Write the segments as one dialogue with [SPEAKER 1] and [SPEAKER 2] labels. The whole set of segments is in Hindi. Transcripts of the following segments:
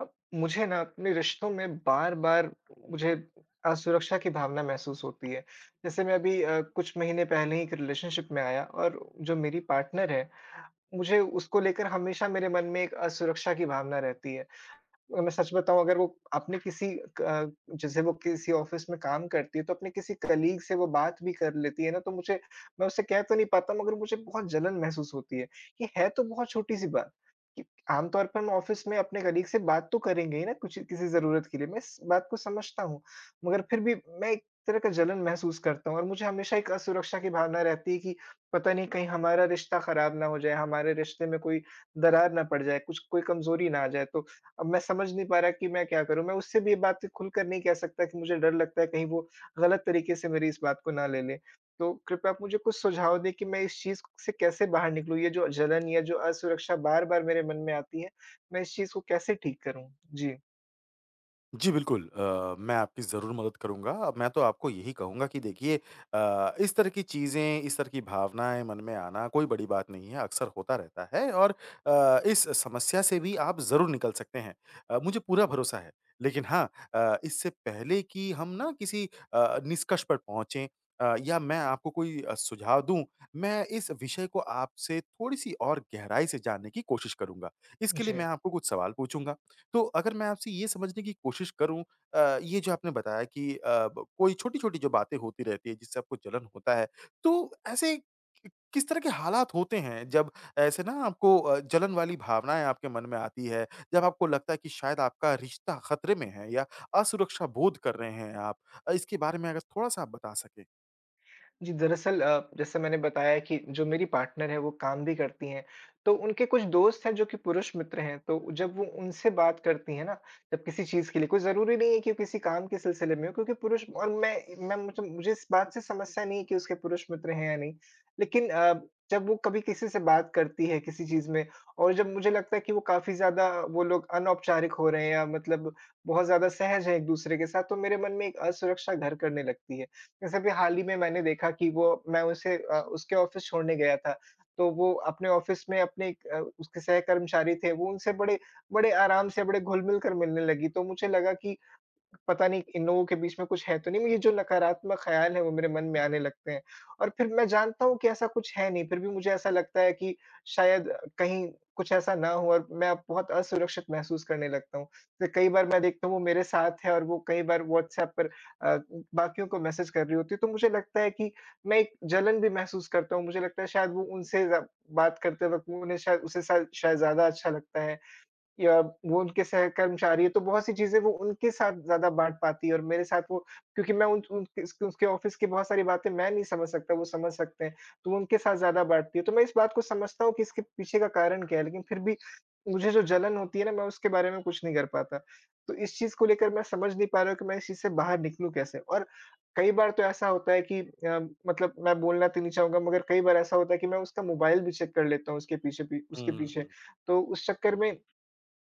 [SPEAKER 1] अब मुझे ना अपने रिश्तों में बार-बार मुझे असुरक्षा की भावना महसूस होती है। जैसे मैं अभी कुछ महीने पहले ही एक रिलेशनशिप में आया, और जो मेरी पार्टनर है, मुझे उसको लेकर हमेशा मेरे मन में एक असुरक्षा की भावना रहती है। मैं सच बताऊँ, अगर वो अपने किसी क जैसे वो किसी ऑफ़िस में काम करती है, तो अपने किसी कलीग से वो बात भी कर लेती है ना, तो मुझे मैं उससे कह तो नहीं पाता, मगर मुझे बहुत जलन महसूस होती है। ये है तो बहुत छोटी-सी बात कि आम तौर पर हम ऑफ़िस में अपने कलीग से बात तो करेंगे ही ना, कुछ किसी ज़रूरत के लिए, मैं इस बात को समझता हूँ। मगर फिर भी मैं एक तरह का जलन महसूस करता हूँ, और मुझे हमेशा एक असुरक्षा की भावना रहती है कि पता नहीं, कहीं हमारा रिश्ता ख़राब ना हो जाए, हमारे रिश्ते में कोई दरार ना पड़ जाए, कुछ कोई कमज़ोरी ना आ जाए। तो अब मैं समझ नहीं पा रहा कि मैं क्या करूँ? मैं उससे भी ये बात खुलकर नहीं कह सकता कि मुझे डर लगता है, कहीं वो गलत तरीके से मेरी इस बात को ना ले लें। तो कृपया आप मुझे कुछ सुझाव दें कि मैं इस चीज़ से कैसे बाहर निकलूँ? ये जो जलन या जो असुरक्षा बार-बार मेरे मन में आती है, मैं इस चीज़ को कैसे ठीक करूँ? जी,
[SPEAKER 2] जी, बिल्कुल मैं आपकी ज़रूर मदद करूँगा। मैं तो आपको यही कहूँगा कि देखिए इस तरह की चीज़ें, इस तरह की भावनाएँ मन में आना कोई बड़ी बात नहीं है, अक्सर होता रहता है और इस समस्या से भी आप ज़रूर निकल सकते हैं। मुझे पूरा भरोसा है। लेकिन हाँ इससे पहले कि हम ना किसी निष्कर्ष पर पहुँचे या मैं आपको कोई सुझाव दूँ, मैं इस विषय को आपसे थोड़ी-सी और गहराई से जानने की कोशिश करूँगा। इसके लिए मैं
[SPEAKER 1] जी।
[SPEAKER 2] आपको कुछ सवाल पूछूँगा। तो अगर मैं आपसे ये समझने की कोशिश करूँ ये जो आपने बताया कि अ, ब कोई छोटी-छोटी जो बातें होती रहती है जिससे आपको जलन होता है, तो ऐसे कि किस तरह के हालात होते हैं जब ऐसे ना आपको जलन वाली भावनाएँ आपके मन में आती है, जब आपको लगता है कि शायद आपका रिश्ता खतरे में है या असुरक्षा बोध कर रहे हैं आप इसके बारे में अगर थोड़ा-सा आप बता सकें?
[SPEAKER 1] जी, दरअसल जैसे मैंने बताया कि जो मेरी पार्टनर है, वो काम भी करती हैं, तो उनके कुछ दोस्त हैं जो कि पुरुष मित्र हैं, तो जब वो उनसे बात करती हैं ना, जब किसी चीज़ के लिए, कोई ज़रूरी नहीं है कि किसी काम के सिलसिले में हो, क्योंकि पुरुष और मैं मुझे मुझे इस बात से समस्या नहीं है कि उसके पुरुष मित्र हैं या नहीं। लेकिन जब वो कभी किसी से बात करती है किसी चीज़ में, और जब मुझे लगता है कि वो काफ़ी ज़्यादा, वो लोग अनौपचारिक हो रहे हैं या मतलब बहुत ज़्यादा सहज हैं एक-दूसरे के साथ, तो मेरे मन में एक असुरक्षा घर करने लगती है। जैसे अभी हाल ही में मैंने देखा कि वो मैं उसे उसके ऑफ़िस छोड़ने गया था, तो वो अपने ऑफ़िस में उसके सहकर्मचारी थे, वो उनसे बड़े बड़े आराम से, बड़े घुल-मिल कर मिलने लगी, तो मुझे लगा कि पता नहीं, इन लोगों के बीच में कुछ है तो नहीं, ये जो नकारात्मक ख़्याल हैं वो मेरे मन में आने लगते हैं। और फिर मैं जानता हूँ कि ऐसा कुछ है नहीं, फिर भी मुझे ऐसा लगता है कि शायद कहीं कुछ ऐसा ना हो, और मैं अब बहुत असुरक्षित महसूस करने लगता हूँ। तो कई बार मैं देखता हूँ, वो मेरे साथ है और वो कई बार व्हाट्सऐप पर अ, बाकियों को मैसेज कर रही होती है, तो मुझे लगता है कि मैं एक जलन भी महसूस करता हूँ। मुझे लगता है शायद वो उनसे ज़ बात करते वक़्त उन्हें शायद उसे शायद शायद ज़्यादा अच्छा लगता है। या वो उनके सह कर्मचारी है, तो बहुत सी चीज़ें वो उनके साथ ज़्यादा बाँट पाती है और मेरे साथ वो, क्योंकि मैं उन उन उसके उसके ऑफ़िस की बहुत सारी बातें मैं नहीं समझ सकता, वो समझ सकते हैं, तो वो उनके साथ ज़्यादा बाँटती है। तो मैं इस बात को समझता हूँ कि इसके पीछे का कारण क्या है, लेकिन फिर भी मुझे जो जलन होती है ना, मैं उसके बारे में कुछ नहीं कर पाता। तो इस चीज़ को लेकर मैं समझ नहीं पा रहा हूँ कि मैं इस चीज़ से बाहर निकलूँ कैसे? और कई बार तो ऐसा होता है कि मतलब मैं बोलना तो नहीं चाहूँगा, मगर कई बार ऐसा होता है कि मैं उसका मोबाइल भी चेक कर लेता हूँ उसके पीछे।
[SPEAKER 2] हुँ।
[SPEAKER 1] तो उस चक्कर में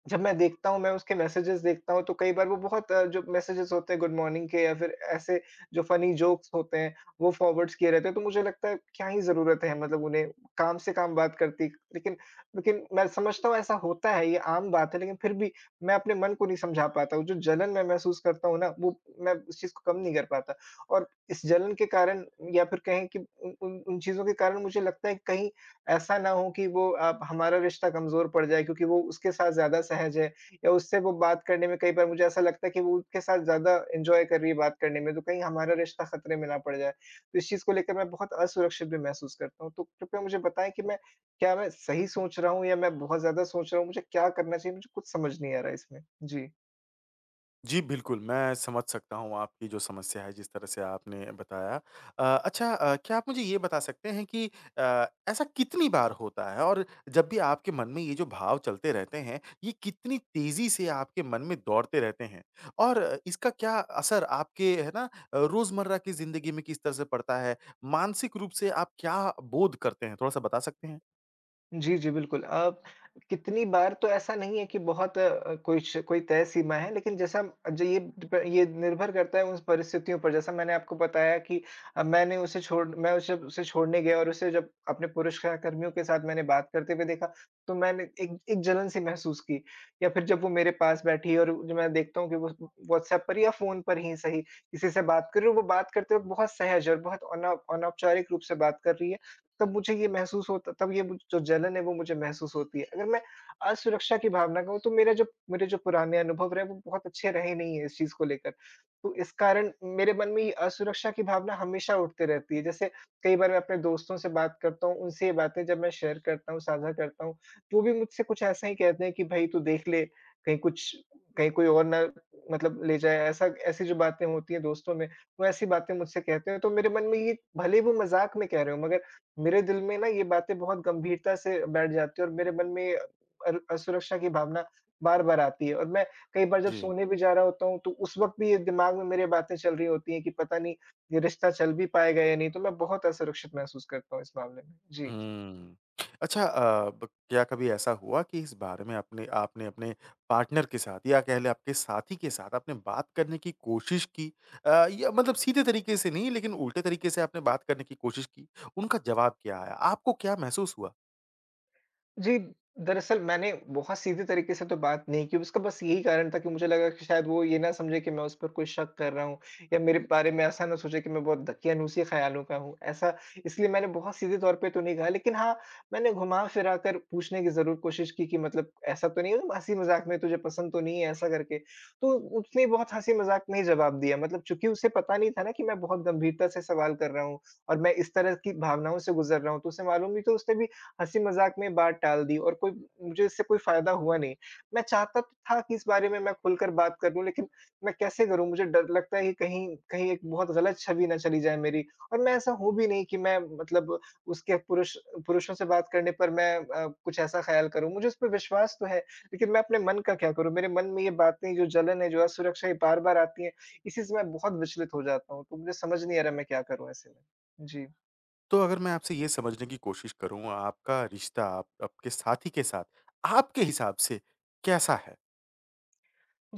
[SPEAKER 1] जब मैं देखता हूँ, मैं उसके मैसेजेज़ देखता हूँ, तो कई बार वो बहुत जो मैसेजेज़ होते हैं गुड मॉर्निंग के, या फिर ऐसे जो फ़नी जोक्स होते हैं, वो फ़ॉरवर्ड्स किए रहते हैं, तो मुझे लगता है क्या ही ज़रूरत है, मतलब उन्हें काम से काम बात करती, लेकिन लेकिन मैं समझता हूँ, ऐसा होता है, ये आम बात है, लेकिन फिर भी मैं अपने मन को नहीं समझा पाता हूँ, जो जलन मैं महसूस करता हूँ ना, वो मैं उस चीज़ को कम नहीं कर पाता, और इस जलन के कारण, या फिर कहें कि उन उन उन चीज़ों के कारण मुझे लगता है, कहीं ऐसा ना हो कि वो हमारा रिश्ता कमज़ोर पड़ जाए, क्योंकि वो उसके साथ ज़्यादा सहज है, या उससे वो बात करने में, कई बार मुझे ऐसा लगता है कि वो उसके साथ ज़्यादा एन्जॉय कर रही है बात करने में, तो कहीं हमारा रिश्ता खतरे में ना पड़ जाए। तो इस चीज़ को लेकर मैं बहुत असुरक्षित भी महसूस करता हूँ। तो कृपया मुझे बताएँ कि मैं क्या मैं सही सोच रहा हूँ, या मैं बहुत ज़्यादा सोच रहा हूँ? मुझे क्या करना चाहिए? मुझे कुछ समझ नहीं आ रहा है इसमें। जी।
[SPEAKER 2] जी, बिल्कुल, मैं समझ सकता हूँ आपकी जो समस्या है, जिस तरह से आपने बताया। अच्छा क्या आप मुझे ये बता सकते हैं कि ऐसा कितनी बार होता है? और जब भी आपके मन में ये जो भाव चलते रहते हैं, ये कितनी तेज़ी से आपके मन में दौड़ते रहते हैं? और इसका क्या असर आपके है ना रोज़मर्रा की ज़िंदगी में किस तरह से पड़ता है? मानसिक रूप से आप क्या बोध करते हैं? थोड़ा-सा बता सकते हैं?
[SPEAKER 1] जी, जी, बिल्कुल। कितनी बार तो ऐसा नहीं है कि बहुत कुछ कोई तय सीमा है, लेकिन जैसा हम जो ये निर्भर करता है उन परिस्थितियों पर। जैसा मैंने आपको बताया कि मैं उसे उसे छोड़ने गया, और उसे जब अपने पुरुष सहकर्मियों के साथ मैंने बात करते हुए देखा, तो मैंने एक एक जलन सी महसूस की। या फिर जब वो मेरे पास बैठी और जो मैं देखता हूँ कि वो व्हाट्सएप पर या फ़ोन पर ही सही, किसी से बात कर रही है, वो बात करते वक़्त बहुत सहज और बहुत अनौपचारिक रूप से बात कर रही है। तब मुझे ये महसूस होता, तब ये मुझ जो जलन है वो मुझे महसूस होती है। अगर मैं असुरक्षा की भावना कहूँ, तो मेरा जो मेरे जो पुराने अनुभव रहे वो बहुत अच्छे रहे नहीं है इस चीज़ को लेकर। तो इस कारण मेरे मन में ये असुरक्षा की भावना हमेशा उठते रहती है। जैसे कई बार मैं अपने दोस्तों से बात करता हूँ, उनसे ये बातें जब मैं शेयर करता हूँ, साझा करता हूँ, वो भी मुझसे कुछ ऐसा ही कहते हैं कि भई तू देख ले, कहीं कुछ, कहीं कोई और ना, मतलब ले जाए, ऐसा ऐसी जो बातें होती हैं दोस्तों में, वो ऐसी बातें मुझसे कहते हैं। तो मेरे मन में ये, भले ही वो मज़ाक में कह रहे हों मगर मेरे दिल में ना, ये बातें बहुत गंभीरता से बैठ जाती है, और मेरे मन में अर असुरक्षा की भावना बार-बार आती है, और मैं कई बार जब
[SPEAKER 2] जी।
[SPEAKER 1] सोने भी जा रहा होता हूँ, तो उस वक़्त भी ये दिमाग में मेरे बातें चल रही होती हैं कि पता नहीं, ये रिश्ता चल भी पाएगा या नहीं, तो मैं बहुत असुरक्षित महसूस करता हूँ इस मामले में। जी।
[SPEAKER 2] हुँ। अच्छा अ, ब क्या कभी ऐसा हुआ कि इस बारे में अपने पार्टनर के साथ या कह लें आपके साथी के साथ आपने बात करने की कोशिश की या मतलब सीधे तरीके से नहीं लेकिन उल्टे तरीके से आपने बात करने की कोशिश की, उनका जवाब क्या आया? आपको क्या महसूस हुआ?
[SPEAKER 1] जी, दरअसल मैंने बहुत सीधे तरीके से तो बात नहीं की, उसका बस यही कारण था कि मुझे लगा कि शायद वो ये ना समझे कि मैं उस पर कोई शक कर रहा हूँ, या मेरे बारे में ऐसा ना सोचे कि मैं बहुत दकियानूसी ख़्यालों का हूँ, ऐसा, इसलिए मैंने बहुत सीधे तौर पे तो नहीं कहा। लेकिन हाँ, मैंने घुमा-फिरा कर पूछने की ज़रूर कोशिश की कि मतलब ऐसा तो नहीं है, हँसी-मज़ाक में तुझे पसंद तो नहीं है ऐसा करके? तो उसने बहुत हँसी-मज़ाक में ही जवाब दिया, मतलब चूँकि उसे पता नहीं था ना कि मैं बहुत गंभीरता से सवाल कर रहा हूँ और मैं इस तरह की भावनाओं से गुज़र रहा हूँ, तो उसे मालूम नहीं, तो उसने भी हँसी-मज़ाक में बात टाल दी, और कोई मुझे इससे कोई फ़ायदा हुआ नहीं। मैं चाहता तो था कि इस बारे में मैं खुलकर बात कर लूँ, लेकिन मैं कैसे करूँ? मुझे डर लगता है कि कहीं कहीं एक बहुत गलत छवि ना चली जाए मेरी, और मैं ऐसा हूँ भी नहीं कि मैं, मतलब उसके पुरुषों से बात करने पर मैं कुछ ऐसा ख़्याल करूँ। मुझे उस पे विश्वास तो है, लेकिन मैं अपने मन का क्या करूँ? मेरे मन में ये बातें, जो जलन है, जो असुरक्षा ये बार-बार आती है, इसी से मैं बहुत विचलित हो जाता हूँ। तो मुझे समझ नहीं आ रहा मैं क्या करूँ ऐसे में? जी।
[SPEAKER 2] तो अगर मैं आपसे ये समझने की कोशिश करूँ आपका रिश्ता आप आपके साथी के साथ आपके हिसाब से कैसा है?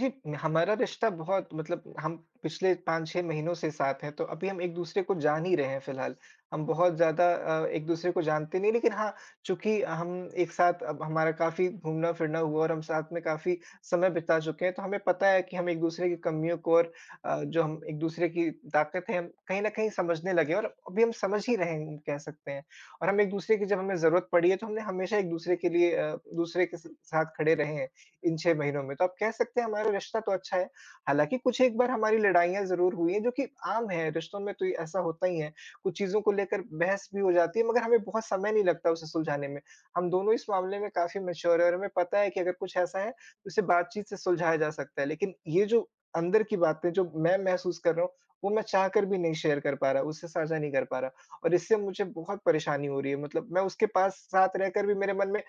[SPEAKER 1] जी, हमारा रिश्ता बहुत, मतलब हम पिछले 5-6 महीनों से साथ हैं, तो अभी हम एक-दूसरे को जान ही रहे हैं फिलहाल। हम बहुत ज़्यादा एक-दूसरे को जानते नहीं, लेकिन हाँ, चूँकि हम एक साथ अब हमारा काफ़ी घूमना-फिरना हुआ और हम साथ में काफ़ी समय बिता चुके हैं, तो हमें पता है कि हम एक-दूसरे की कमियों को, और जो हम एक-दूसरे की ताकत है, हम कहीं न कहीं समझने लगे, और अभी हम समझ ही रहे हैं, कह सकते हैं। और हम एक-दूसरे की जब हमें ज़रूरत पड़ी है, तो हमने हमेशा एक-दूसरे के लिए, दूसरे के स साथ खड़े रहे हैं, इन 6 महीनों में। तो आप कह सकते हैं हमारा रिश्ता तो अच्छा है, हालाँकि कुछ एक बार हमारी लड़ाइयाँ ज़रूर हुई हैं, जो कि आम है, रिश्तों में तो ये ऐसा होता ही है। कुछ चीज़ों को लेकर बहस भी हो जाती है, मगर हमें बहुत समय नहीं लगता उसे सुलझाने में। हम दोनों इस मामले में काफ़ी मैच्योर हैं, और हमें पता है कि अगर कुछ ऐसा है, तो इसे बातचीत से सुलझाया जा सकता है। लेकिन ये जो अंदर की बातें जो मैं महसूस कर रहा हूँ, वो मैं चाह कर भी नहीं शेयर कर पा रहा, उससे साझा नहीं कर पा रहा, और इससे मुझे बहुत परेशानी हो रही है। मतलब मैं उसके पास साथ रहकर भी, मेरे मन में,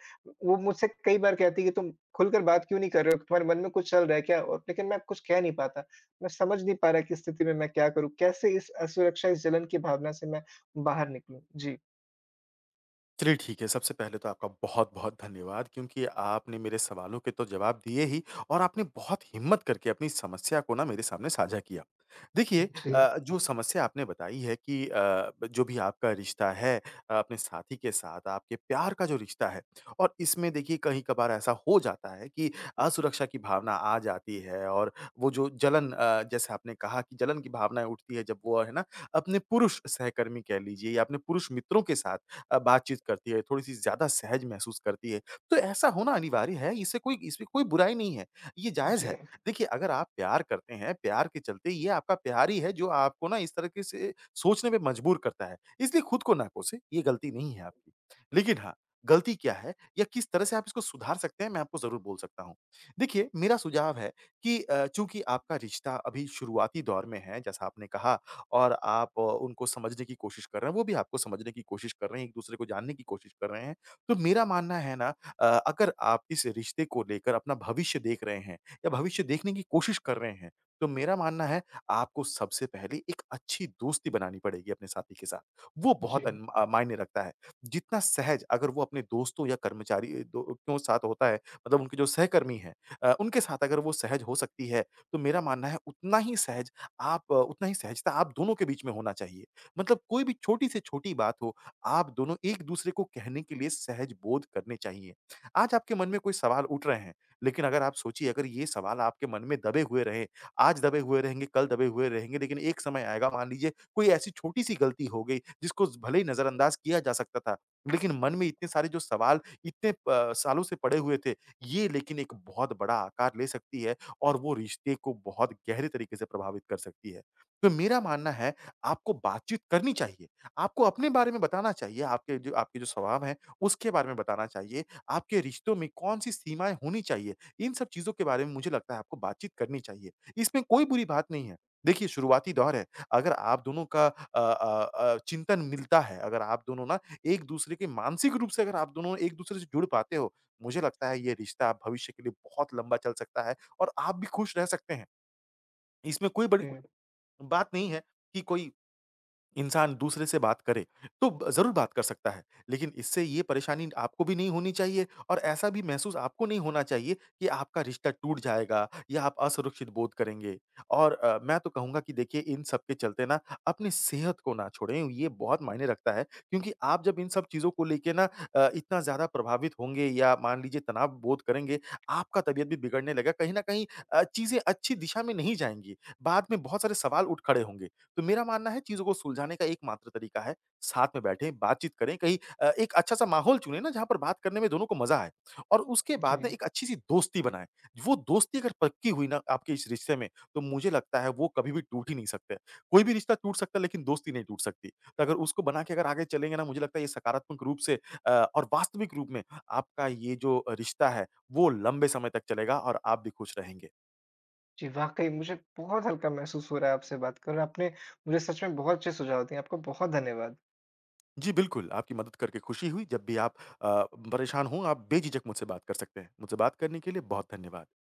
[SPEAKER 1] वो मुझसे कई बार कहती है कि तुम खुलकर बात क्यों नहीं कर रहे हो? तुम्हारे मन में कुछ चल रहा है क्या? और लेकिन मैं कुछ कह नहीं पाता। मैं समझ नहीं पा रहा कि इस स्थिति में मैं क्या करूँ? कैसे इस असुरक्षा, इस जलन की भावना से मैं बाहर निकलूँ? जी।
[SPEAKER 2] चलिए ठीक है, सबसे पहले तो आपका बहुत-बहुत धन्यवाद क्योंकि आपने मेरे सवालों के तो जवाब दिए ही और आपने बहुत हिम्मत करके अपनी समस्या को ना मेरे सामने साझा किया। देखिए
[SPEAKER 1] जी,
[SPEAKER 2] जो समस्या आपने बताई है कि जो भी आपका रिश्ता है अपने साथी के साथ, आपके प्यार का जो रिश्ता है और इसमें देखिए कहीं-कभार ऐसा हो जाता है कि असुरक्षा की भावना आ जाती है और वो जो जलन जैसे आपने कहा कि जलन की भावनाएँ उठती है जब वो है ना, अपने पुरुष सहकर्मी कह लीजिए या अपने पुरुष मित्रों के साथ बातचीत करती है, थोड़ी-सी ज़्यादा सहज महसूस करती है। तो ऐसा होना अनिवार्य है, इससे कोई इसमें कोई बुराई नहीं है, ये जायज़
[SPEAKER 1] जी,
[SPEAKER 2] है। देखिए, अगर आप प्यार करते हैं, प्यार के चलते ये आपका प्यार ही है जो आपको ना इस तरीके से सोचने पे मजबूर करता है, इसलिए खुद को ना कोसें, ये गलती नहीं है आपकी। लेकिन हाँ, गलती क्या है या किस तरह से आप इसको सुधार सकते हैं, मैं आपको ज़रूर बोल सकता हूँ। देखिए, मेरा सुझाव है कि चूँकि आपका रिश्ता अभी शुरुआती दौर में है, जैसा आपने कहा और आप उनको समझने की कोशिश कर रहे हैं, वो भी आपको समझने की कोशिश कर रहे हैं, एक-दूसरे को जानने की कोशिश कर रहे हैं। तो मेरा मानना है ना अगर आप इस रिश्ते को लेकर अपना भविष्य देख रहे हैं या भविष्य देखने की कोशिश कर रहे हैं, तो मेरा मानना है आपको सबसे पहले एक अच्छी दोस्ती बनानी पड़ेगी अपने साथी के साथ। वो
[SPEAKER 1] जी,
[SPEAKER 2] बहुत मायने रखता है। जितना सहज अगर वो अपने दोस्तों या कर्मचारी दो क्यों साथ होता है मतलब उनके जो सहकर्मी हैं उनके साथ अगर वो सहज हो सकती है, तो मेरा मानना है उतना ही सहज आप उतना ही सहजता आप दोनों के बीच में होना चाहिए। मतलब कोई भी छोटी से छोटी बात हो, आप दोनों एक-दूसरे को कहने के लिए सहज बोध करने चाहिए। आज आपके मन में कोई सवाल उठ रहे हैं, लेकिन अगर आप सोचिए अगर ये सवाल आपके मन में दबे हुए रहे, आज दबे हुए रहेंगे, कल दबे हुए रहेंगे, लेकिन एक समय आएगा मान लीजिए कोई ऐसी छोटी-सी गलती हो गई, जिसको भले ही नज़रअंदाज किया जा सकता था, लेकिन मन में इतने सारे जो सवाल इतने प सालों से पड़े हुए थे, ये लेकिन एक बहुत बड़ा आकार ले सकती है। और वो रिश्ते को बहुत गहरे तरीके से प्रभावित कर सकती है। तो मेरा मानना है आपको बातचीत करनी चाहिए, आपको अपने बारे में बताना चाहिए, आपके जो स्वभाव हैं, उसके बारे में बताना चाहिए, आपके रिश्तों में कौन-सी सीमाएँ होनी चाहिए, इन सब चीज़ों के बारे में मुझे लगता है आपको बातचीत करनी चाहिए। इसमें कोई बुरी बात नहीं है। देखिए शुरुआती दौर है, अगर आप दोनों का चिंतन मिलता है, अगर आप दोनों ना एक-दूसरे के मानसिक रूप से अगर आप दोनों एक-दूसरे से जुड़ पाते हो, मुझे लगता है ये रिश्ता भविष्य के लिए बहुत लंबा चल सकता है। और आप भी खुश रह सकते हैं। इसमें कोई बड़ी
[SPEAKER 1] जी,
[SPEAKER 2] बात नहीं है कि कोई इंसान दूसरे से बात करे, तो ब ज़रूर बात कर सकता है। लेकिन इससे ये परेशानी आपको भी नहीं होनी चाहिए और ऐसा भी महसूस आपको नहीं होना चाहिए कि आपका रिश्ता टूट जाएगा या आप असुरक्षित बोध करेंगे। और मैं तो कहूँगा कि देखिए इन सब के चलते ना अपनी सेहत को ना छोड़ें, ये बहुत मायने रखता है क्योंकि आप जब इन सब चीज़ों को लेके ना इतना ज़्यादा प्रभावित होंगे या मान लीजिए तनाव बोध करेंगे, आपका तबीयत भी बिगड़ने लगेगा। कहीं न कहीं चीज़ें अच्छी दिशा में नहीं जाएँगी। बाद में बहुत सारे सवाल उठ खड़े होंगे। तो मेरा मानना है चीज़ों को सुलझाने का एकमात्र तरीका है, साथ में बैठें, बातचीत करें, कहीं एक अच्छा-सा माहौल चुनें ना जहाँ पर बात करने में दोनों को मज़ा आए और उसके
[SPEAKER 1] जी,
[SPEAKER 2] बाद ना एक अच्छी-सी दोस्ती बनाएँ। वो दोस्ती अगर पक्की हुई ना आपके इस रिश्ते में, तो मुझे लगता है वो कभी भी टूट ही नहीं सकते। कोई भी रिश्ता टूट सकता है लेकिन दोस्ती नहीं टूट सकती। तो अगर उसको बना के अगर आगे चलेंगे ना मुझे लगता है ये सकारात्मक रूप से अ, और वास्तविक रूप में आपका ये जो रिश्ता है, वो लंबे समय तक चलेगा और आप भी खुश रहेंगे।
[SPEAKER 1] जी। वाक़ई मुझे बहुत हल्का महसूस हो रहा है आपसे बात कर, और आपने मुझे सच में बहुत अच्छे सुझाव दिए। आपका बहुत धन्यवाद।
[SPEAKER 2] जी, बिल्कुल, आपकी मदद करके खुशी हुई। जब भी आप अ, परेशान हों, आप बेझिझक मुझसे बात कर सकते हैं। मुझसे बात करने के लिए बहुत धन्यवाद।